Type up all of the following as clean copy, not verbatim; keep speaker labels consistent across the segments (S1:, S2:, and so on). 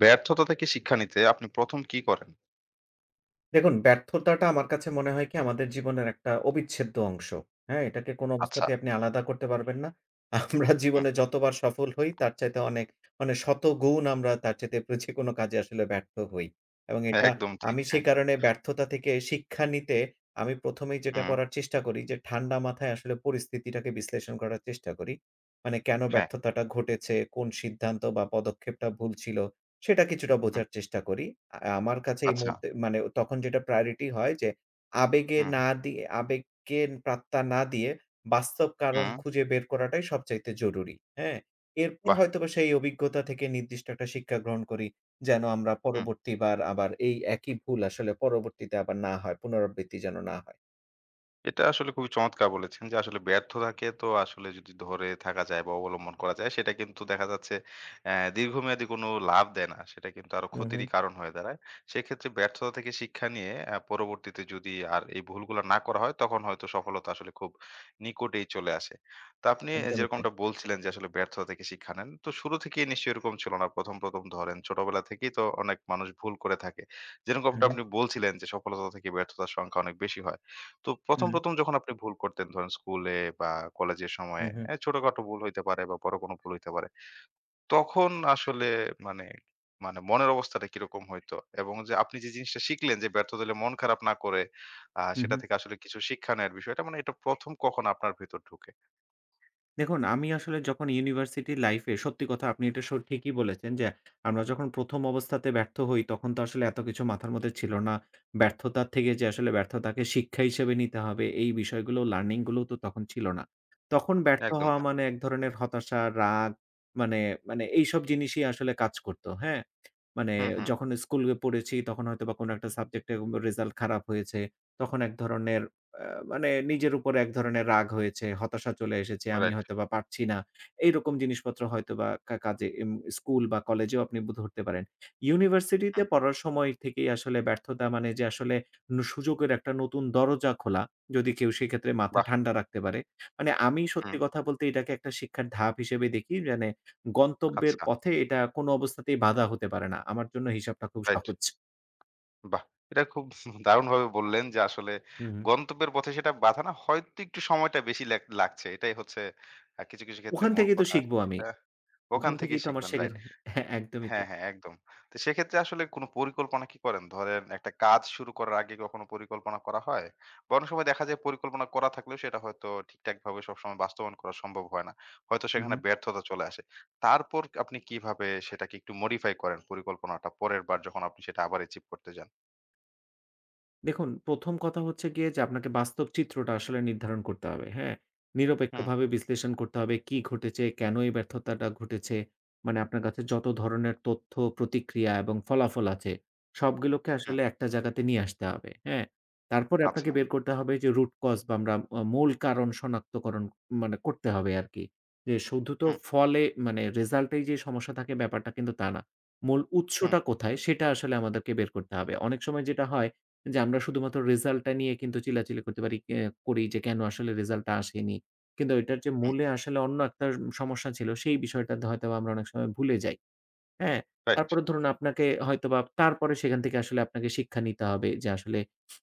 S1: ব্যর্থতা থেকে শিক্ষা নিতে আপনি ১ম কি করেন?
S2: দেখুন, ব্যর্থতাটা আমার কাছে মনে হয় কি আমাদের জীবনের একটা অবিচ্ছেদ্য অংশ। হ্যাঁ? এটাকে কোনো
S1: আচ্ছা।
S2: অবস্থাতেই আপনি আলাদা করতে পারবেন না। আমরা
S1: হুম,
S2: জীবনে যতবার সফল হই তার চাইতে অনেক মানে শতগুণ আমরা তার চাইতে যে কোনো কাজে আসলে ব্যর্থ হই। এবং
S1: হ্যাঁ,
S2: এটা
S1: একদম ঠিক।
S2: আমি সে
S1: হ্যাঁ।
S2: কারণে ব্যর্থতা থেকে শিক্ষা নিতে আমি ১ম এই যেটা
S1: হুম,
S2: করার চেষ্টা করি যে ঠান্ডা মাথায় আসলে পরিস্থিতিটাকে বিশ্লেষণ করার চেষ্টা করি। মানে কেন
S1: হ্যাঁ,
S2: ব্যর্থতাটা ঘটেছে? কোন সিদ্ধান্ত বা পদক্ষেপটা ভুল ছিল? সেটা কিছুটা
S1: হুম,
S2: বোঝার চেষ্টা করি। আমার কাছে এই
S1: আচ্ছা।
S2: মুহূর্তে মানে তখন যেটা প্রায়োরিটি হয় যে আবেগে
S1: হুম,
S2: না দিয়ে আবেগকে পাত্তা না দিয়ে বাস্তব কারণ
S1: হুম,
S2: খুঁজে বের করাটাই সবচাইতে জরুরি। হ্যাঁ? এরপর
S1: বাহ!
S2: হয়তোবা সেই অভিজ্ঞতা থেকে নির্দিষ্ট একটা শিক্ষা গ্রহণ করি। যেন আমরা
S1: হুম।
S2: পরবর্তীবার আবার এই একই ভুল আসলে পরবর্তীতে আবার না হয়। পুনরাবৃত্তি যেন না হয়।
S1: এটা আসলে খুবই চমৎকার বলেছেন যে আসলে ব্যর্থতাকে তো আসলে যদি ধরে থাকা যায় বা অবলম্বন করা যায় সেটা কিন্তু দেখা যাচ্ছে দীর্ঘমেয়াদী কোনো লাভ দেয় না, সেটা কিন্তু আরো
S2: হু, হু।
S1: ক্ষতিরই কারণ হয়ে দাঁড়ায়। সেক্ষেত্রে ব্যর্থতা থেকে শিক্ষা নিয়ে পরবর্তীতে যদি আর এই ভুলগুলো না করা হয় তখন হয়তো সফলতা আসলে খুব নিকটেই চলে আসে। তো আপনি
S2: একদমই তাই।
S1: যেরকমটা বলছিলেন যে আসলে ব্যর্থতা থেকে শিক্ষা নেন, তো শুরু থেকেই নিশ্চয়ই এরকম ছিল না, প্রথম প্রথম ধরেন ছোটবেলা থেকেই তো অনেক মানুষ ভুল করে থাকে।
S2: হু,
S1: যেরকমটা
S2: হু,
S1: আপনি বলছিলেন যে সফলতা থেকে ব্যর্থতার সংখ্যা অনেক বেশি হয়, তো ১ম যখন আপনি ভুল করতেন ধরেন স্কুলে বা কলেজের
S2: হু,
S1: সময়ে,
S2: হু,
S1: এ ছোটখাটো ভুল হইতে পারে বা বড় কোনো ভুল হইতে পারে। তখন আসলে মানে মানে মনের অবস্থাটা কিরকম হইতো? এবং যে আপনি যে জিনিসটা শিখলেন যে ব্যর্থতা হলে মন খারাপ না করে
S2: হু,
S1: সেটা
S2: হু।
S1: থেকে আসলে কিছু শিক্ষা নেয়ার বিষয়টা, মানে এটা ১ম কখন আপনার ভেতর ঢুকে?
S2: দেখুন, আমি আসলে যখন ইউনিভার্সিটি লাইফে সত্যি কথা আপনি এটা ঠিকই বলেছেন যে, আমরা যখন ১ম অবস্থাতে ব্যর্থ হই, তখন তো আসলে এত কিছু মাথার মধ্যে ছিল না। ব্যর্থতা থেকে যে আসলে ব্যর্থতাকে শিক্ষা হিসেবে নিতে হবে, এই বিষয়গুলো লার্নিং গুলোও তো তখন ছিল না। তখন ব্যর্থ
S1: একদম,
S2: হওয়া
S1: হ্যাঁ।
S2: মানে এক ধরনের হতাশা, রাগ মানে, মানে এইসব জিনিসই আসলে কাজ করত। হ্যাঁ? মানে
S1: হুম, হুম।
S2: যখন স্কুলে পড়েছি, তখন হয়তোবা কোনো একটা সাবজেক্টে রেজাল্ট খারাপ হয়েছে। তখন এক ধরনের আ মানে নিজের উপর এক ধরনের রাগ হয়েছে, হতাশা চলে এসেছে, আমি
S1: রাইট।
S2: হয়তোবা পারছি না। এইরকম জিনিসপত্র হয়তোবা কাজে স্কুল বা কলেজেও আপনি ধরতে পারেন। ইউনিভার্সিটিতে
S1: হুম।
S2: পড়ার সময় থেকেই আসলে ব্যর্থতা মানে যে আসলে সুযোগের একটা নতুন দরজা খোলা, যদি কেউ সেক্ষেত্রে মাথা
S1: বাহ!
S2: ঠান্ডা রাখতে পারে। মানে আমি সত্যি
S1: হুম।
S2: কথা বলতে এটাকে একটা শিক্ষার ধাপ হিসেবে দেখি। মানে গন্তব্যের
S1: আচ্ছা।
S2: পথে এটা কোনো অবস্থাতেই বাধা হতে পারে না। আমার জন্য হিসাবটা খুব
S1: রাইট।
S2: সহজ।
S1: বাহ! এটা খুব দারুণভাবে বললেন যে আসলে
S2: হুম, হুম।
S1: গন্তব্যের পথে সেটা বাধা না, হয়তো একটু সময়টা বেশি লাগছে। এটাই হচ্ছে কিছু, কিছু ক্ষেত্রে
S2: ওখান
S1: মূল
S2: থেকেই তো
S1: কথা
S2: শিখবো
S1: আরকি।
S2: আমি।
S1: এটা ওখান
S2: ওখান থেকেই
S1: থেকেই
S2: তো আমার
S1: শিখবেন,
S2: শেখার
S1: রাইট।
S2: হ্যাঁ, একদমই
S1: হ্যাঁ,
S2: তাই।
S1: হ্যাঁ, একদম। তো সেক্ষেত্রে আসলে কোনো পরিকল্পনা কি করেন? ধরেন একটা কাজ শুরু করার আগে কখনো পরিকল্পনা করা হয়? বা অনেক সময় দেখা যায় পরিকল্পনা করা থাকলেও সেটা হয়তো ঠিকঠাকভাবে সবসময় বাস্তবায়ন করা সম্ভব হয় না। হয়তো
S2: হুম,
S1: সেখানে
S2: হুম।
S1: ব্যর্থতা চলে আসে। তারপর আপনি কিভাবে সেটাকে একটু মডিফাই করেন পরিকল্পনাটা পরের বার যখন আপনি সেটা আবার অ্যাচিভ করতে যান?
S2: দেখুন ১ম কথা হচ্ছে গিয়ে যে আপনাকে বাস্তব চিত্রটা আসলে নির্ধারণ করতে হবে, হ্যাঁ?
S1: হুম,
S2: নিরপেক্ষভাবে বিশ্লেষণ করতে হবে কি ঘটেছে, কেন এই ব্যর্থতাটা ঘটেছে। মানে আপনার কাছে যত ধরনের তথ্য, প্রতিক্রিয়া এবং ফলাফল আছে সবগুলোকে
S1: হুম।
S2: আসলে একটা জায়গাতে নিয়ে আসতে হবে, হ্যাঁ? তারপরে
S1: আচ্ছা।
S2: আপনাকে বের করতে হবে যে রুট কজ বা আমরা মূল কারণ শনাক্তকরণ মানে করতে হবে আরকি। যে শুধু তো
S1: হুম,
S2: ফলে মানে রেজাল্টেই যে সমস্যা থাকে ব্যাপারটা কিন্তু তা না। মূল
S1: হুম,
S2: উৎসটা কোথায় সেটা আসলে আমাদেরকে বের করতে হবে। অনেক সময় যেটা হয় যে আমরা শুধুমাত্র রেজাল্টটা নিয়ে কিন্তু চিল্লাচিল্লি করতে পারি করি যে কেন আসলে রেজাল্টটা আসেনি। কিন্তু এটার যে
S1: হুম।
S2: মূলে আসলে অন্য একটা সমস্যা ছিল সেই বিষয়টাতে হয়তোবা আমরা অনেক সময় ভুলে যাই। হ্যাঁ,
S1: রাইট।
S2: তারপরে ধরুন আপনাকে হয়তোবা তারপরে সেখান থেকে আসলে আপনাকে শিক্ষা নিতে হবে যে আসলে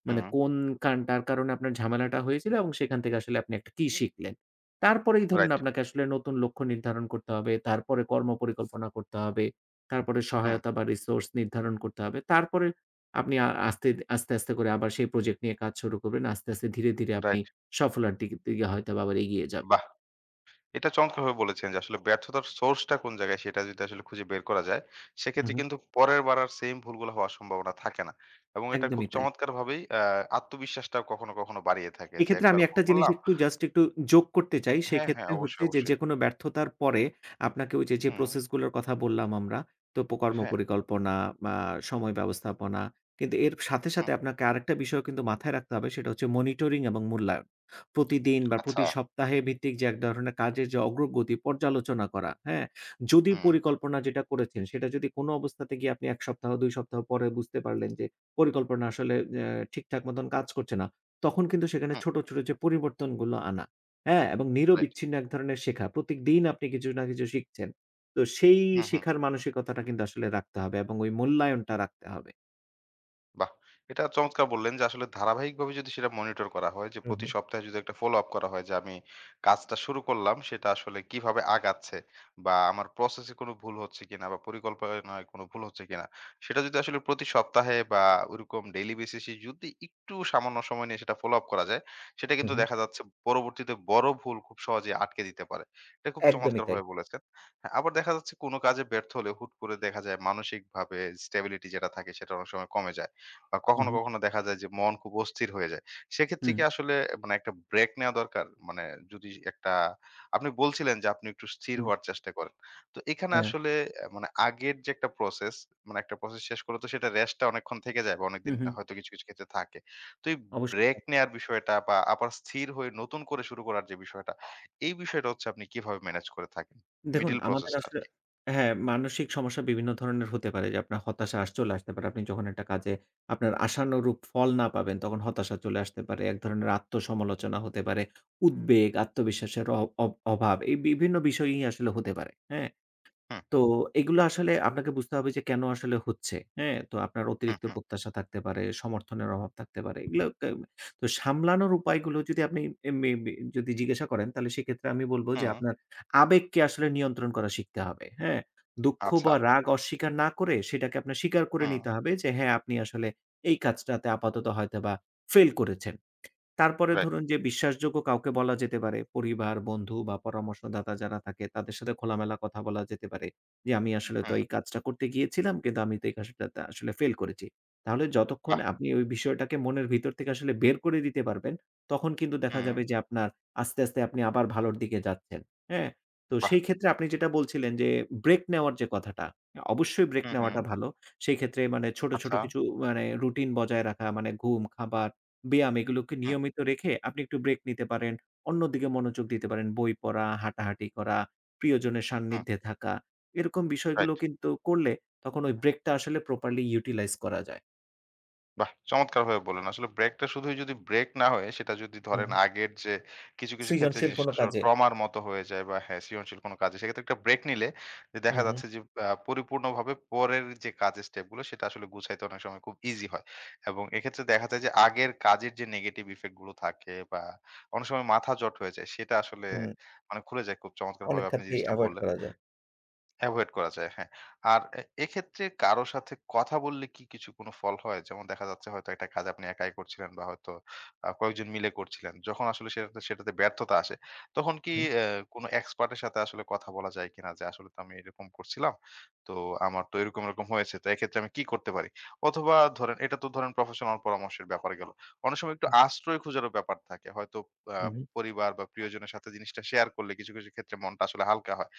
S2: মানে
S1: হুম,
S2: কোন কারণটার কারণে আপনার ঝামেলাটা হয়েছিল এবং সেখান থেকে আসলে আপনি একটা কি শিখলেন। তারপরেই ধরুন
S1: রাইট।
S2: আপনাকে আসলে নতুন লক্ষ্য নির্ধারণ করতে হবে। তারপরে কর্ম পরিকল্পনা করতে হবে। তারপরে
S1: হুম,
S2: সহায়তা বা রিসোর্স নির্ধারণ করতে হবে। তারপরে আপনি আস্তে, আস্তে, আস্তে করে আবার সেই প্রজেক্ট নিয়ে কাজ শুরু করবেন। আস্তে, আস্তে ধীরে, ধীরে আপনি
S1: রাইট।
S2: সফলতার দিকে দিকে হয়তোবা আবার এগিয়ে যাবেন।
S1: বাহ! এটা চমৎকারভাবে বলেছেন যে আসলে ব্যর্থতার সোর্সটা কোন জায়গায় সেটা যদি আসলে খুঁজে বের করা যায়,
S2: হুম,
S1: সেক্ষেত্রে
S2: হুম।
S1: কিন্তু পরের বার আর সেইম ভুলগুলো হওয়ার সম্ভাবনা থাকে না। এবং এটা খুব
S2: একদমই তাই।
S1: চমৎকারভাবেই আত্মবিশ্বাসটাও কখনো, কখনো বাড়িয়ে থাকে যে
S2: এক্ষেত্রে
S1: একবার
S2: আমি
S1: ভুল
S2: একটা জিনিস
S1: করলাম।
S2: একটু জাস্ট একটু যোগ করতে চাই।
S1: হ্যাঁ, হ্যাঁ,
S2: সেক্ষেত্রে
S1: অবশ্যই,
S2: হচ্ছে যে,
S1: অবশ্যই।
S2: যেকোনো ব্যর্থতার পরে আপনাকে ওই যে, যে
S1: হুম,
S2: প্রসেস গুলোর কথা বললাম আমরা, তো কর্ম
S1: হ্যাঁ,
S2: পরিকল্পনা বা সময় ব্যবস্থাপনা। কিন্তু এর সাথে,
S1: হুম,
S2: সাথে আপনাকে আরেকটা বিষয় কিন্তু মাথায় রাখতে হবে সেটা হচ্ছে মনিটরিং এবং মূল্যায়ন। প্রতিদিন বা
S1: আচ্ছা।
S2: প্রতি সপ্তাহে ভিত্তিক যে এক ধরনের কাজের যে অগ্রগতি পর্যালোচনা করা, হ্যাঁ? যদি
S1: হুম,
S2: পরিকল্পনা যেটা করেছেন সেটা যদি কোনো অবস্থাতে গিয়ে আপনি ১ সপ্তাহ ২ সপ্তাহ পরে বুঝতে পারলেন যে পরিকল্পনা আসলে ঠিকঠাক মতন কাজ করছে না। তখন কিন্তু সেখানে
S1: হুম,
S2: ছোট, ছোট যে পরিবর্তনগুলো আনা, হ্যাঁ? এবং
S1: রাইট।
S2: নিরবিচ্ছিন্ন এক ধরনের শেখা। প্রত্যেকদিন আপনি কিছু না কিছু শিখছেন। তো সেই
S1: হুম, হুম।
S2: শেখার মানসিকতাটা কিন্তু আসলে রাখতে হবে এবং ওই মূল্যায়নটা রাখতে হবে।
S1: বাহ! এটা চমৎকার বললেন যে আসলে ধারাবাহিকভাবে যদি সেটা মনিটর করা হয়, যে
S2: হু,
S1: প্রতি
S2: হু,
S1: সপ্তাহে যদি একটা ফলো আপ করা হয় যে আমি কাজটা শুরু করলাম সেটা আসলে কিভাবে আগাচ্ছে, বা আমার প্রসেসে কোনো ভুল হচ্ছে কিনা বা পরিকল্পনায় কোনো ভুল হচ্ছে কিনা, সেটা যদি আসলে প্রতি সপ্তাহে বা ওইরকম ডেইলি বেসিসে যদি একটু সামান্য সময় নিয়ে সেটা ফলো আপ করা যায় সেটা
S2: হু,
S1: কিন্তু
S2: হু।
S1: দেখা যাচ্ছে পরবর্তীতে বড় ভুল খুব সহজে আটকে দিতে পারে। এটা খুব
S2: একদমই তাই।
S1: চমৎকারভাবে বলেছেন। হ্যাঁ, আবার দেখা যাচ্ছে কোনো কাজে ব্যর্থ হলে হুট করে দেখা যায় মানসিকভাবে স্টেবিলিটি যেটা থাকে সেটা অনেক সময় কমে যায়।
S2: হু,
S1: কখনো,
S2: হু,
S1: কখনো দেখা যায় যে মন খুব অস্থির হয়ে যায়। সেক্ষেত্রে
S2: হু,
S1: কি আসলে মানে একটা ব্রেক নেয়া দরকার? মানে যদি একটা, আপনি বলছিলেন যে আপনি একটু স্থির
S2: হু,
S1: হওয়ার চেষ্টা করেন। তো এখানে
S2: হ্যাঁ,
S1: আসলে মানে আগের যে একটা প্রসেস, মানে একটা প্রসেস শেষ করে তো সেটা রেস্টটা অনেকক্ষণ থেকে যায় বা
S2: হু,
S1: অনেকদিন
S2: হু,
S1: হয়তো কিছু, কিছু ক্ষেত্রে থাকে। তো এই ব্রেক
S2: অবশ্যই।
S1: নেয়ার বিষয়টা, বা আবার স্থির হয়ে নতুন করে শুরু করার যে বিষয়টা, এই বিষয়টা হচ্ছে আপনি কিভাবে ম্যানেজ করে থাকেন?
S2: দেখুন,
S1: মিডল
S2: আমাদের
S1: প্রসেসটা
S2: আসলে
S1: আরকি।
S2: হ্যাঁ, মানসিক সমস্যা বিভিন্ন ধরনের হতে পারে যে আপনার হতাশা চলে আসতে পারে। আপনি যখন একটা কাজে আপনার আশানুরূপ ফল না পাবেন তখন হতাশা চলে আসতে পারে। এক ধরনের আত্মসমালোচনা হতে পারে। উদ্বেগ, আত্মবিশ্বাসের অ অব অভাব এই বিভিন্ন বিষয়ই আসলে হতে পারে। হ্যাঁ?
S1: হুম,
S2: তো এগুলো আসলে আপনাকে বুঝতে হবে যে কেন আসলে হচ্ছে, হ্যাঁ? তো আপনার
S1: হুম,
S2: অতিরিক্ত
S1: হুম,
S2: প্রত্যাশা থাকতে পারে, সমর্থনের অভাব থাকতে পারে। এগুলো তো সামলানোর উপায়গুলো যদি আপনি এ মে বে যদি জিজ্ঞাসা করেন তাহলে সেক্ষেত্রে আমি বলব যে
S1: হুম।
S2: আপনার আবেগকে আসলে নিয়ন্ত্রণ করা শিখতে হবে, হ্যাঁ? দুঃখ
S1: আচ্ছা।
S2: বা রাগ অস্বীকার না করে সেটাকে আপনার স্বীকার করে
S1: হুম,
S2: নিতে হবে যে হ্যাঁ, আপনি আসলে এই কাজটাতে আপাতত হয়তোবা ফেইল করেছেন। তারপরে
S1: রাইট।
S2: ধরুন যে বিশ্বাসযোগ্য কাউকে বলা যেতে পারে। পরিবার, বন্ধু বা পরামর্শদাতা যারা থাকে তাদের সাথে খোলামেলা কথা বলা যেতে পারে। যে আমি আসলে তো
S1: হুম,
S2: এই কাজটা করতে গিয়েছিলাম কিন্তু আমি তো এই কাজটাতে আসলে ফেল করেছি। তাহলে যতক্ষণ
S1: বাহ!
S2: আপনি ওই বিষয়টাকে মনের ভিতর থেকে আসলে বের করে দিতে পারবেন, তখন কিন্তু দেখা
S1: হুম,
S2: যাবে যে আপনার আস্তে, আস্তে আপনি আবার ভালোর দিকে যাচ্ছেন। হ্যাঁ? তো
S1: বাহ!
S2: সেই ক্ষেত্রে আপনি যেটা বলছিলেন যে ব্রেক নেওয়ার যে কথাটা, অবশ্যই ব্রেক
S1: হুম, হুম।
S2: নেওয়াটা ভালো। সেই ক্ষেত্রে মানে ছোট, ছোট
S1: আচ্ছা।
S2: কিছু মানে রুটিন বজায় রাখা মানে ঘুম, খাবার ব্যায়াম এগুলোকে
S1: হুম,
S2: নিয়মিত রেখে আপনি একটু ব্রেক নিতে পারেন। অন্যদিকে মনোযোগ দিতে পারেন। বই পড়া, হাঁটাহাঁটি করা, প্রিয়জনের
S1: হুম।
S2: সান্নিধ্যে থাকা। এরকম
S1: রাইট।
S2: বিষয়গুলো কিন্তু করলে তখন ওই ব্রেকটা আসলে প্রপারলি ইউটিলাইজ করা যায়।
S1: বাহ! চমৎকারভাবে বললেন। আসলে ব্রেকটা শুধুই যদি ব্রেক না হয়ে সেটা যদি
S2: হুম,
S1: ধরেন আগের যে কিছু, কিছু ক্ষেত্রে
S2: সৃজনশীল
S1: জিনিসটা
S2: কোনো
S1: আসলে
S2: কাজে।
S1: ট্রমার মতো হয়ে যায়, বা হ্যাঁ, সৃজনশীল কোনো কাজে সেক্ষেত্রে একটা ব্রেক নিলে যে
S2: হুম,
S1: দেখা
S2: হুম,
S1: যাচ্ছে যে পরিপূর্ণভাবে পরের যে কাজের স্টেপগুলো সেটা আসলে গুছাইতে অনেক সময় খুব ইজি হয়। এবং এক্ষেত্রে দেখা যায় যে আগের কাজের যে নেগেটিভ ইফেক্ট গুলো থাকে বা অনেক সময় মাথা জট হয়ে যায় সেটা আসলে
S2: হুম।
S1: মানে খুলে যায়, খুব চমৎকারভাবে
S2: অনেক
S1: আপনি
S2: ক্ষেত্রেই
S1: জিনিসটা
S2: এভয়েড
S1: বললেন।
S2: করা যায়।
S1: এভয়েড করা যায়, হ্যাঁ। আর এক্ষেত্রে কারো সাথে কথা বললে কি কিছু কোনো ফল হয়? যেমন দেখা যাচ্ছে হয়তো একটা কাজ আপনি একাই করছিলেন বা হয়তো কয়েকজন মিলে করছিলেন। যখন আসলে সেটাতে সেটাতে ব্যর্থতা আসে, তখন কি
S2: হুম,
S1: কোনো এক্সপার্ট এর সাথে আসলে কথা বলা যায় কিনা? যে আসলে তো আমি এরকম করছিলাম। তো আমার তো এরকম হয়েছে। তো এক্ষেত্রে আমি কি করতে পারি? অথবা ধরেন এটা তো ধরেন প্রফেশনাল পরামর্শের ব্যাপার গেল। অনেক সময় একটু আশ্রয় খোঁজারও ব্যাপার থাকে। হয়তো আ
S2: হুম, হুম।
S1: পরিবার বা প্রিয়জনের সাথে জিনিসটা শেয়ার করলে কিছু, কিছু ক্ষেত্রে মনটা আসলে হালকা হয়।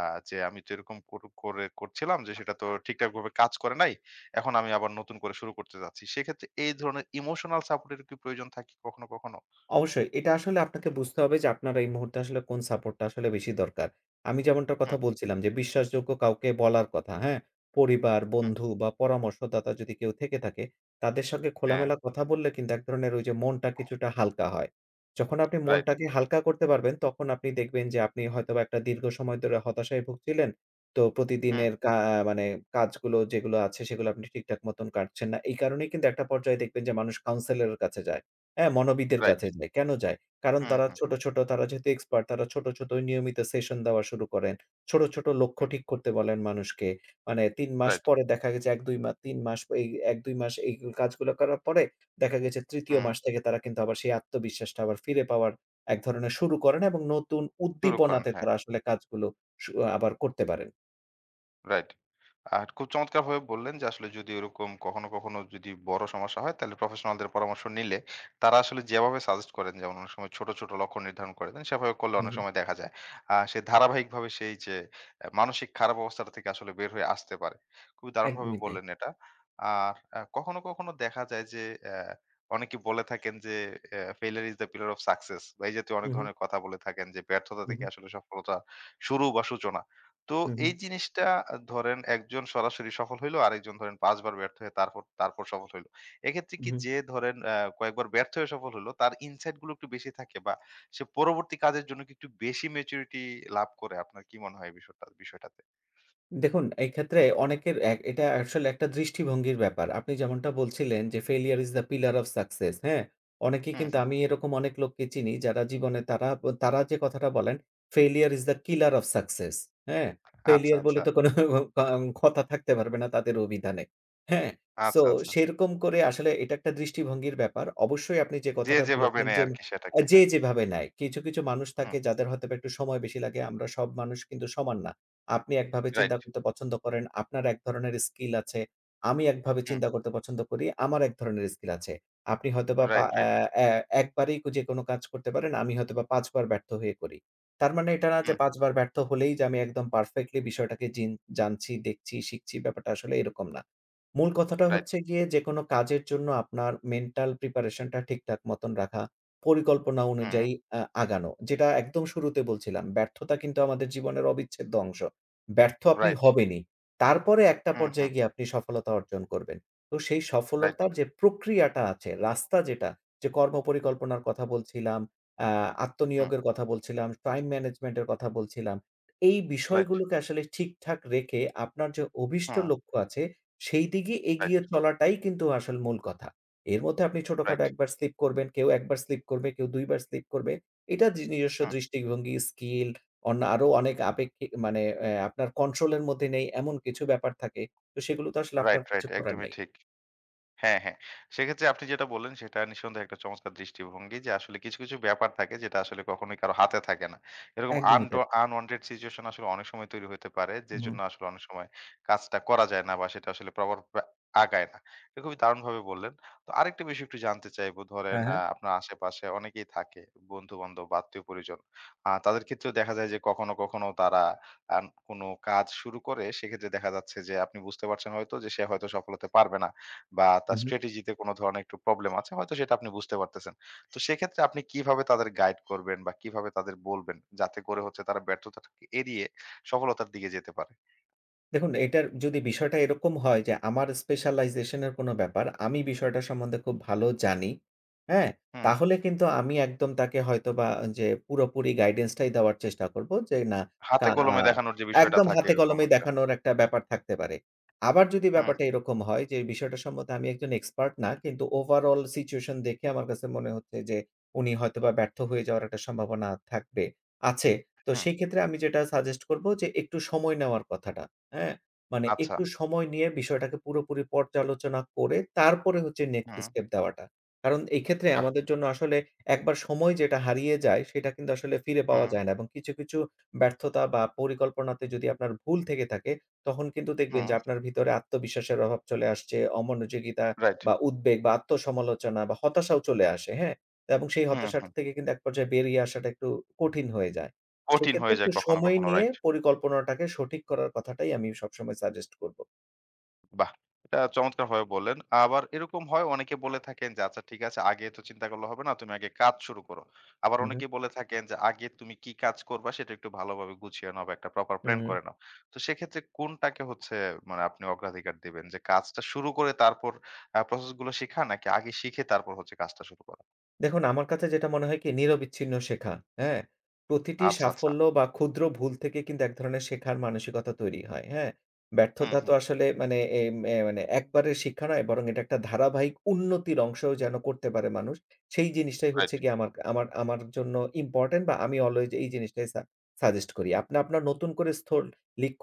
S1: আ যে আমি তো এরকম করে করছিলাম যে সেটা তো ঠিকঠাকভাবে কাজ করে নাই। এখন আমি আবার নতুন করে শুরু করতে যাচ্ছি। সেক্ষেত্রে এই ধরনের ইমোশনাল সাপোর্ট এর কি প্রয়োজন থাকে কখনো, কখনো?
S2: অবশ্যই। এটা আসলে আপনাকে বুঝতে হবে যে আপনার এই মুহূর্তে আসলে কোন সাপোর্টটা আসলে বেশি দরকার। আমি যেমনটার কথা
S1: হুম,
S2: বলছিলাম যে বিশ্বাসযোগ্য কাউকে বলার কথা, হ্যাঁ? পরিবার,
S1: হুম।
S2: বন্ধু বা পরামর্শদাতা যদি কেউ থেকে থাকে, তাদের সঙ্গে
S1: হ্যাঁ,
S2: খোলামেলা কথা বললে কিন্তু এক ধরনের ওই যে মনটা কিছুটা হালকা হয়। যখন আপনি
S1: রাইট।
S2: মনটাকে হালকা করতে পারবেন তখন আপনি দেখবেন যে আপনি হয়তোবা একটা দীর্ঘ সময় ধরে হতাশায় ভুগছিলেন। তো
S1: হুম,
S2: প্রতিদিনের মানে কাজগুলো যেগুলো আছে সেগুলো আপনি ঠিকঠাক মতন কাটছেন না। এই কারণেই কিন্তু একটা পর্যায়ে দেখবেন যে মানুষ কাউন্সেলর এর কাছে যায়। হ্যাঁ, মনোবিদের
S1: রাইট।
S2: কাছে যায়। কেন যায়? কারণ
S1: হুম,
S2: তারা
S1: হুম,
S2: ছোট, হুম। ছোট তারা যেহেতু এক্সপার্ট তারা ছোট, ছোট নিয়মিত সেশন দেওয়া শুরু করেন। ছোট, ছোট লক্ষ্য
S1: হুম,
S2: ঠিক করতে বলেন মানুষকে। মানে ৩ মাস
S1: রাইট।
S2: পরে দেখা গেছে ১-২ ৩ মাস এই ১-২ মাস এই কাজগুলো করার পরে দেখা গেছে ৩য়
S1: হুম,
S2: মাস থেকে তারা কিন্তু আবার সেই আত্মবিশ্বাসটা আবার ফিরে পাওয়ার এক ধরনের শুরু করেন এবং নতুন
S1: শুরু করেন।
S2: উদ্দীপনাতে
S1: হ্যাঁ,
S2: তারা আসলে কাজগুলো সু আবার করতে পারেন।
S1: রাইট। আর খুব চমৎকারভাবে বললেন যে আসলে যদি ওরকম কখনো কখনো যদি বড় সমস্যা হয় তাহলে প্রফেশনালদের পরামর্শ নিলে তারা আসলে যেভাবে সাজেস্ট করেন, যেমন অনেক সময় ছোট ছোট লক্ষ্য নির্ধারণ করে দেন, সেভাবে করলে
S2: হুম,
S1: অনেক
S2: হুম।
S1: সময় দেখা যায় সে ধারাবাহিকভাবে সেই যে মানসিক খারাপ অবস্থাটা থেকে আসলে বের হয়ে আসতে পারে। খুবই দারুণভাবে
S2: একদমই তাই।
S1: বললেন এটা। আর কখনো কখনো দেখা যায় যে আহ, অনেকে বলে থাকেন যে failure is the pillar of success, বা এই জাতীয় অনেক
S2: হুম, হুম,
S1: ধরনের কথা বলে থাকেন যে ব্যর্থতা
S2: হুম,
S1: থেকে
S2: হুম,
S1: আসলে সফলতা শুরু বা সূচনা। তো
S2: হুম,
S1: এই
S2: হুম।
S1: জিনিসটা, ধরেন একজন সরাসরি সফল হইলো, আরেকজন ধরেন ৫ বার ব্যর্থ হয়ে তারপর তারপর সফল হইলো। এক্ষেত্রে কি
S2: হুম।
S1: যে ধরেন কয়েকবার ব্যর্থ হয়ে সফল হলো, তার ইনসাইট গুলো একটু বেশি থাকে, বা সে পরবর্তী কাজের জন্য কি একটু বেশি ম্যাচুরিটি লাভ করে? আপনার কি মনে হয় এই বিষয়টাতে?
S2: দেখুন, এক্ষেত্রে অনেকের এক এটা আসলে একটা দৃষ্টিভঙ্গির ব্যাপার। আপনি যেমনটা বলছিলেন যে, "Failure is the pillar of success" হ্যাঁ? অনেকেই
S1: হুম,
S2: কিন্তু
S1: হুম।
S2: আমি এরকম অনেক লোককে চিনি যারা জীবনে তারা যে কথাটা বলেন, "Failure is the killer of success" হ্যাঁ?
S1: আচ্ছা,
S2: ফেইলিউর
S1: আচ্ছা,
S2: বলে তো কোনো কথা থাকতে পারবে না তাদের অভিধানে। হ্যাঁ? সো
S1: আচ্ছা, আচ্ছা।
S2: সেরকম করে আসলে এটা একটা দৃষ্টিভঙ্গির ব্যাপার। অবশ্যই আপনি যে
S1: যে
S2: কথাটা
S1: যেভাবে
S2: বলেছেন
S1: নেয়
S2: যে,
S1: আরকি সেটাকে।
S2: যে
S1: হ্যাঁ।
S2: যেভাবে নেয়। কিছু, কিছু মানুষ
S1: হুম।
S2: থাকে যাদের হয়তোবা একটু সময় বেশি লাগে। আমরা সব মানুষ কিন্তু সমান না। আপনি একভাবে
S1: রাইট।
S2: চিন্তা করতে পছন্দ করেন, আপনার এক ধরনের স্কিল আছে। আমি একভাবে
S1: হুম।
S2: চিন্তা করতে পছন্দ করি, আমার এক ধরনের স্কিল আছে। আপনি হয়তোবা পা
S1: রাইট,
S2: অ্যা
S1: রাইট।
S2: অ্যা একবারেই যেকোনো কাজ করতে পারেন, আমি হয়তোবা ৫ বার ব্যর্থ হয়ে করি। তার মানে এটা না যে
S1: হুম, হুম।
S2: ৫ বার ব্যর্থ হলেই যে আমি একদম পারফেক্টলি বিষয়টাকে জানছি, দেখছি, শিখছি ব্যাপারটা আসলে এরকম না। মূল কথাটা
S1: রাইট।
S2: হচ্ছে গিয়ে যেকোনো কাজের জন্য আপনার মেন্টাল প্রিপারেশন টা ঠিকঠাক মতন রাখা, পরিকল্পনা
S1: হুম।
S2: অনুযায়ী আগানো। যেটা একদম শুরুতে বলছিলাম, ব্যর্থতা কিন্তু আমাদের জীবনের অবিচ্ছেদ্য অংশ। ব্যর্থ আপনি
S1: রাইট।
S2: হবেনই। তারপরে একটা
S1: হুম, হুম।
S2: পর্যায়ে গিয়ে আপনি সফলতা অর্জন করবেন। তো সেই
S1: রাইট।
S2: সফলতার যে প্রক্রিয়াটা আছে, রাস্তা যেটা, যে কর্মপরিকল্পনার কথা বলছিলাম, আ
S1: হুম।
S2: আত্মনিয়োগের কথা বলছিলাম, টাইম ম্যানেজমেন্টের কথা বলছিলাম। এই
S1: রাইট।
S2: বিষয়গুলোকে আসলে ঠিকঠাক রেখে আপনার যে অভীষ্ট
S1: হুম।
S2: লক্ষ্য আছে, সেই দিকে
S1: রাইট,
S2: এগিয়ে চলাটাই কিন্তু আসল মূল কথা। এর মধ্যে আপনি ছোটখাটো
S1: রাইট।
S2: একবার স্লিপ করবেন, কেউ একবার স্লিপ করবে, কেউ ২ বার স্লিপ করবে। এটা নিজস্ব
S1: হুম।
S2: দৃষ্টিভঙ্গি, স্কিল অন্য আরো অনেক আপেক্ষিক মানে আপনার কন্ট্রোল এর মধ্যে নেই এমন কিছু ব্যাপার থাকে। তো সেগুলো তো আসলে আপনার
S1: রাইট, রাইট।
S2: কিছু করার
S1: একদমই
S2: নেই।
S1: ঠিক। হ্যাঁ, হ্যাঁ। সেক্ষেত্রে আপনি যেটা বললেন সেটা নিঃসন্দেহে একটা চমৎকার দৃষ্টিভঙ্গি যে আসলে কিছু, কিছু ব্যাপার থাকে যেটা আসলে কখনোই কারো হাতে থাকে না। এরকম
S2: একদমই তাই।
S1: আনওয়ান্টেড সিচুয়েশন আসলে অনেক সময় তৈরি হইতে পারে।
S2: হুম।
S1: যেজন্য আসলে অনেক সময় কাজটা করা যায় না বা সেটা আসলে প্রপার ভাবে আগায় না। এটা খুবই দারুণভাবে বললেন। তো আরেকটা বিষয় একটু জানতে চাইবো, ধরেন
S2: হ্যাঁ, হ্যাঁ।
S1: আপনার আশেপাশে অনেকেই থাকে বন্ধু-বান্ধব বা আত্মীয়-পরিজন। তাদের ক্ষেত্রেও দেখা যায় যে কখনো, কখনো তারা কোনো কাজ শুরু করে সেক্ষেত্রে দেখা যাচ্ছে যে আপনি বুঝতে পারছেন হয়তো যে সে হয়তো সফল হতে পারবে না। বা তার স্ট্র্যাটেজিতে কোনো ধরনের একটু প্রবলেম আছে, হয়তো সেটা আপনি বুঝতে পারতেছেন। তো সেক্ষেত্রে আপনি কিভাবে তাদের গাইড করবেন বা কিভাবে তাদের বলবেন, যাতে করে হচ্ছে তারা ব্যর্থতাটাকে এড়িয়ে সফলতার দিকে যেতে পারে?
S2: দেখুন, এটার যদি বিষয়টা এরকম হয় যে আমার স্পেশালাইজেশন এর কোনো ব্যাপার, আমি বিষয়টা সম্বন্ধে খুব ভালো জানি, হ্যাঁ?
S1: হুম,
S2: তাহলে কিন্তু আমি একদম তাকে হয়তোবা যে পুরোপুরি গাইডেন্স টাই দেওয়ার চেষ্টা করব যে না
S1: হাতে
S2: কা আ
S1: কলমে দেখানোর যে বিষয়টা
S2: একদম
S1: থাকে
S2: হাতে
S1: এরকম
S2: কলমে
S1: একটা।
S2: দেখানোর একটা ব্যাপার থাকতে পারে। আবার যদি
S1: হুম,
S2: ব্যাপারটা এরকম হয় যে বিষয়টা সম্বন্ধে আমি একজন এক্সপার্ট না কিন্তু ওভারঅল সিচুয়েশন দেখে আমার কাছে মনে হচ্ছে যে উনি হয়তোবা ব্যর্থ হয়ে যাওয়ার একটা সম্ভাবনা থাকবে আছে। তো
S1: হুম,
S2: সেই ক্ষেত্রে আমি যেটা সাজেস্ট করব যে একটু সময় নেওয়ার কথাটা। হ্যাঁ? মানে
S1: আচ্ছা।
S2: একটু সময় নিয়ে বিষয়টাকে পুরোপুরি পর্যালোচনা করে তারপরে হচ্ছে নেক্সট
S1: হুম,
S2: স্টেপ দেওয়াটা। কারণ এই ক্ষেত্রে
S1: বাহ!
S2: আমাদের জন্য আসলে একবার সময় যেটা হারিয়ে যায় সেটা কিন্তু আসলে ফিরে পাওয়া
S1: হুম,
S2: যায় না এবং কিছু, কিছু ব্যর্থতা বা পরিকল্পনাতে যদি আপনার ভুল থেকে থাকে তখন কিন্তু দেখবেন
S1: হুম,
S2: যে আপনার ভিতরে আত্মবিশ্বাসের অভাব চলে আসছে, অমনোযোগিতা
S1: রাইট।
S2: বা উদ্বেগ বা আত্মসমালোচনা বা হতাশাও চলে আসে, হ্যাঁ? এবং সেই
S1: হুম, হুম।
S2: হতাশাটা থেকে কিন্তু এক পর্যায়ে বেরিয়ে আসাটা একটু কঠিন হয়ে যায়।
S1: কঠিন
S2: সেক্ষেত্রে
S1: হয়ে
S2: একটু
S1: যায় কখনো,
S2: সময়
S1: কখনো,
S2: নিয়ে
S1: রাইট।
S2: পরিকল্পনাটাকে সঠিক করার কথাটাই আমি সবসময় সাজেস্ট করব।
S1: বাহ! এটা চমৎকারভাবে বললেন। আবার এরকম হয়, অনেকে বলে থাকেন যে, "আচ্ছা ঠিক আছে আগে তো চিন্তা করলে হবে না। তুমি আগে কাজ শুরু করো।" আবার
S2: হু,
S1: অনেকেই বলে থাকেন যে, "আগে তুমি কি কাজ করবা সেটা একটু ভালোভাবে গুছিয়ে নাও বা একটা প্রপার
S2: হু,
S1: প্ল্যান
S2: হু।
S1: করে নাও।" তো সেক্ষেত্রে কোনটাকে হচ্ছে মানে আপনি অগ্রাধিকার দিবেন? যে কাজটা শুরু করে তারপর প্রসেস গুলো শিখা, নাকি আগে শিখে তারপর হচ্ছে কাজটা শুরু করা?
S2: দেখুন, আমার কাছে যেটা মনে হয় কি নিরবিচ্ছিন্ন শেখা, হ্যাঁ? প্রতিটি
S1: আচ্ছা, আচ্ছা।
S2: সাফল্য বা ক্ষুদ্র ভুল থেকে কিন্তু এক ধরনের শেখার মানসিকতা তৈরি হয়, হ্যাঁ?
S1: হুম,
S2: ব্যর্থতা তো
S1: হুম।
S2: আসলে মানে এম এ মানে একবারের শিক্ষা নয় বরং এটা একটা ধারাবাহিক উন্নতির অংশও যেন করতে পারে মানুষ। সেই জিনিসটাই
S1: রাইট।
S2: হচ্ছে গিয়ে আমার আমার আমার জন্য ইম্পোর্টেন্ট বা আমি অলওয়েজ এই জিনিসটাই সাজেস্ট করি। আপনি আপনার নতুন করে স্থল লিক্ষ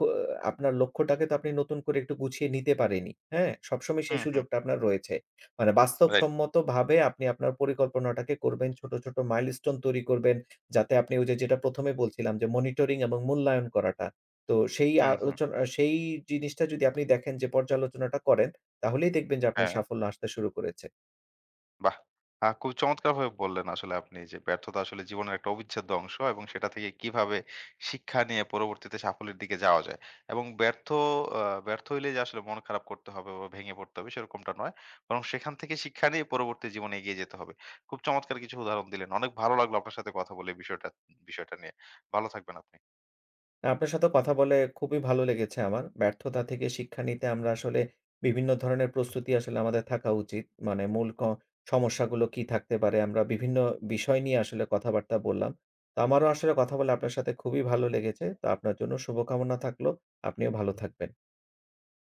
S2: আপনার লক্ষ্যটাকে তো আপনি নতুন করে একটু গুছিয়ে নিতে পারেনই, হ্যাঁ? সবসময় সেই
S1: হুম, হুম।
S2: সুযোগটা আপনার রয়েছে। মানে
S1: রাইট।
S2: বাস্তবসম্মতভাবে আপনি আপনার পরিকল্পনাটাকে করবেন। ছোট, ছোট মাইলস্টোন তৈরি করবেন। যাতে আপনি ওই যে যেটা ১ম এ বলছিলাম যে মনিটরিং এবং মূল্যায়ন করাটা। তো সেই
S1: হুম, হুম।
S2: আলোচনা সেই জিনিসটা যদি আপনি দেখেন যে পর্যালোচনাটা করেন, তাহলেই দেখবেন যে আপনার
S1: হ্যাঁ।
S2: সাফল্য আসতে শুরু করেছে।
S1: বাহ! খুব চমৎকারভাবে বললেন, আসলে আপনি যে ব্যর্থতা আসলে জীবনের একটা অবিচ্ছেদ্য অংশ এবং সেটা থেকে কিভাবে শিক্ষা নিয়ে পরবর্তীতে সাফল্যের দিকে যাওয়া যায়। এবং আ ব্যর্থ হইলে যে আসলে মন খারাপ করতে হবে বা ভেঙে পড়তে হবে সেরকমটা নয়। বরং সেখান থেকে শিক্ষা নিয়ে পরবর্তী জীবনে এগিয়ে যেতে হবে। খুব চমৎকার কিছু উদাহরণ দিলেন। অনেক ভালো লাগলো আপনার সাথে কথা বলে এই বিষয়টা বিষয়টা নিয়ে। ভালো থাকবেন আপনি।
S2: আপনার সাথে কথা বলে খুবই ভালো লেগেছে আমার। ব্যর্থতা থেকে শিক্ষা নিতে আমরা আসলে বিভিন্ন ধরনের প্রস্তুতি আসলে আমাদের থাকা উচিত। মানে মূল ক সমস্যাগুলো কি থাকতে পারে? আমরা বিভিন্ন বিষয় নিয়ে আসলে কথাবার্তা বললাম। তো আমারও আসলে কথা বলে আপনার সাথে খুবই ভালো লেগেছে। তো আপনার জন্য শুভকামনা থাকলো। আপনিও ভালো থাকবেন।